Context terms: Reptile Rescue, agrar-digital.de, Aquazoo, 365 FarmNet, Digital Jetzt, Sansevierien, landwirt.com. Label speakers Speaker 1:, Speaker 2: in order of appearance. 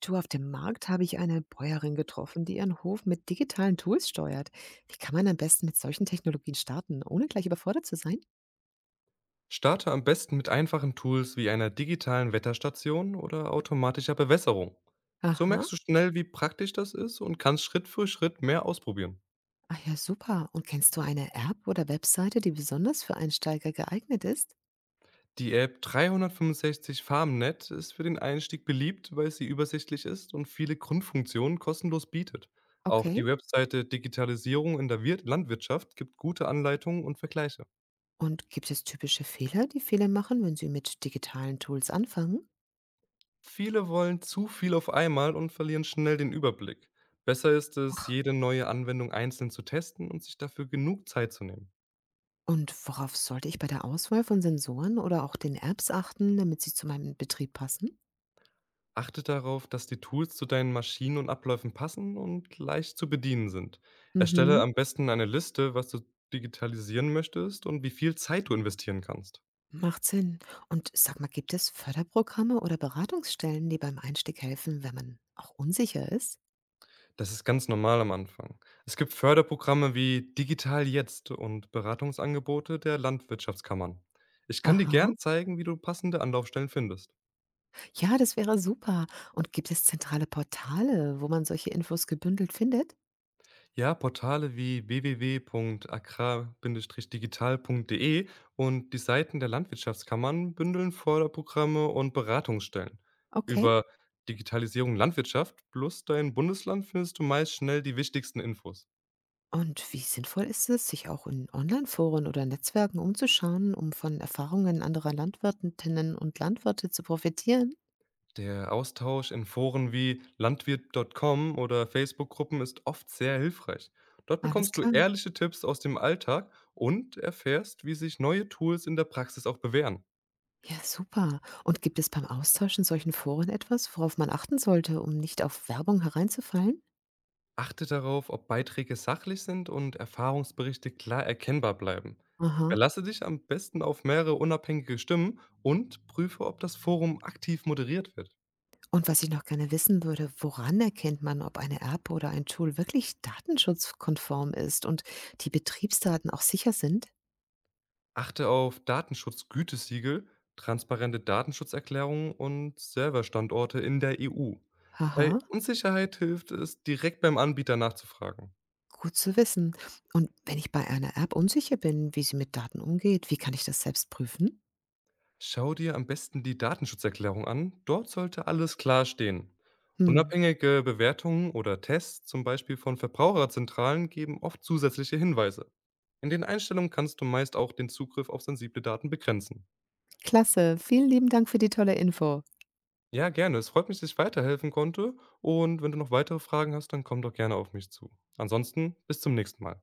Speaker 1: Du, auf dem Markt habe ich eine Bäuerin getroffen, die ihren Hof mit digitalen Tools steuert. Wie kann man am besten mit solchen Technologien starten, ohne gleich überfordert zu sein?
Speaker 2: Starte am besten mit einfachen Tools wie einer digitalen Wetterstation oder automatischer Bewässerung. So
Speaker 1: Aha,
Speaker 2: merkst du schnell, wie praktisch das ist, und kannst Schritt für Schritt mehr ausprobieren.
Speaker 1: ah ja, super. Und kennst du eine App oder Webseite, die besonders für Einsteiger geeignet ist?
Speaker 2: Die App 365 FarmNet ist für den Einstieg beliebt, weil sie übersichtlich ist und viele Grundfunktionen kostenlos bietet. Auch die
Speaker 1: Okay.
Speaker 2: Webseite Digitalisierung in der Landwirtschaft gibt gute Anleitungen und Vergleiche.
Speaker 1: Und gibt es typische Fehler, die Fehler machen, wenn sie mit digitalen Tools anfangen?
Speaker 2: Viele wollen zu viel auf einmal und verlieren schnell den Überblick. Besser ist es, jede neue Anwendung einzeln zu testen und sich dafür genug Zeit zu nehmen.
Speaker 1: Und worauf sollte ich bei der Auswahl von Sensoren oder auch den Apps achten, damit sie zu meinem Betrieb passen?
Speaker 2: Achte darauf, dass die Tools zu deinen Maschinen und Abläufen passen und leicht zu bedienen sind. Erstelle
Speaker 1: Mhm.
Speaker 2: am besten eine Liste, was du digitalisieren möchtest und wie viel Zeit du investieren kannst.
Speaker 1: Macht Sinn. Und sag mal, gibt es Förderprogramme oder Beratungsstellen, die beim Einstieg helfen, wenn man auch unsicher ist?
Speaker 2: Das ist ganz normal am Anfang. Es gibt Förderprogramme wie Digital Jetzt und Beratungsangebote der Landwirtschaftskammern. Ich kann dir
Speaker 1: Aha.
Speaker 2: gern zeigen, wie du passende Anlaufstellen findest.
Speaker 1: Ja, das wäre super. Und gibt es zentrale Portale, wo man solche Infos gebündelt findet?
Speaker 2: Ja, Portale wie www.agrar-digital.de und die Seiten der Landwirtschaftskammern bündeln Förderprogramme und Beratungsstellen. Über
Speaker 1: Okay.
Speaker 2: Digitalisierung Landwirtschaft plus dein Bundesland findest du meist schnell die wichtigsten Infos.
Speaker 1: Und wie sinnvoll ist es, sich auch in Online-Foren oder Netzwerken umzuschauen, um von Erfahrungen anderer Landwirtinnen und Landwirte zu profitieren?
Speaker 2: Der Austausch in Foren wie landwirt.com oder Facebook-Gruppen ist oft sehr hilfreich. Dort
Speaker 1: Alles
Speaker 2: bekommst du
Speaker 1: klar.
Speaker 2: ehrliche Tipps aus dem Alltag und erfährst, wie sich neue Tools in der Praxis auch bewähren.
Speaker 1: Ja, super. Und gibt es beim Austausch in solchen Foren etwas, worauf man achten sollte, um nicht auf Werbung hereinzufallen?
Speaker 2: Achte darauf, ob Beiträge sachlich sind und Erfahrungsberichte klar erkennbar bleiben.
Speaker 1: Aha.
Speaker 2: Verlasse dich am besten auf mehrere unabhängige Stimmen und prüfe, ob das Forum aktiv moderiert wird.
Speaker 1: Und was ich noch gerne wissen würde, woran erkennt man, ob eine App oder ein Tool wirklich datenschutzkonform ist und die Betriebsdaten auch sicher sind?
Speaker 2: Achte auf Datenschutzgütesiegel, transparente Datenschutzerklärungen und Serverstandorte in der EU. Bei
Speaker 1: Haha,
Speaker 2: Unsicherheit hilft es, direkt beim Anbieter nachzufragen.
Speaker 1: gut zu wissen. Und wenn ich bei einer App unsicher bin, wie sie mit Daten umgeht, wie kann ich das selbst prüfen?
Speaker 2: Schau dir am besten die Datenschutzerklärung an. Dort sollte alles klar stehen.
Speaker 1: Hm,
Speaker 2: Unabhängige Bewertungen oder Tests, zum Beispiel von Verbraucherzentralen, geben oft zusätzliche Hinweise. In den Einstellungen kannst du meist auch den Zugriff auf sensible Daten begrenzen.
Speaker 1: klasse. Vielen lieben Dank für die tolle Info.
Speaker 2: Ja, gerne. Es freut mich, dass ich weiterhelfen konnte. Und wenn du noch weitere Fragen hast, dann komm doch gerne auf mich zu. Ansonsten bis zum nächsten Mal.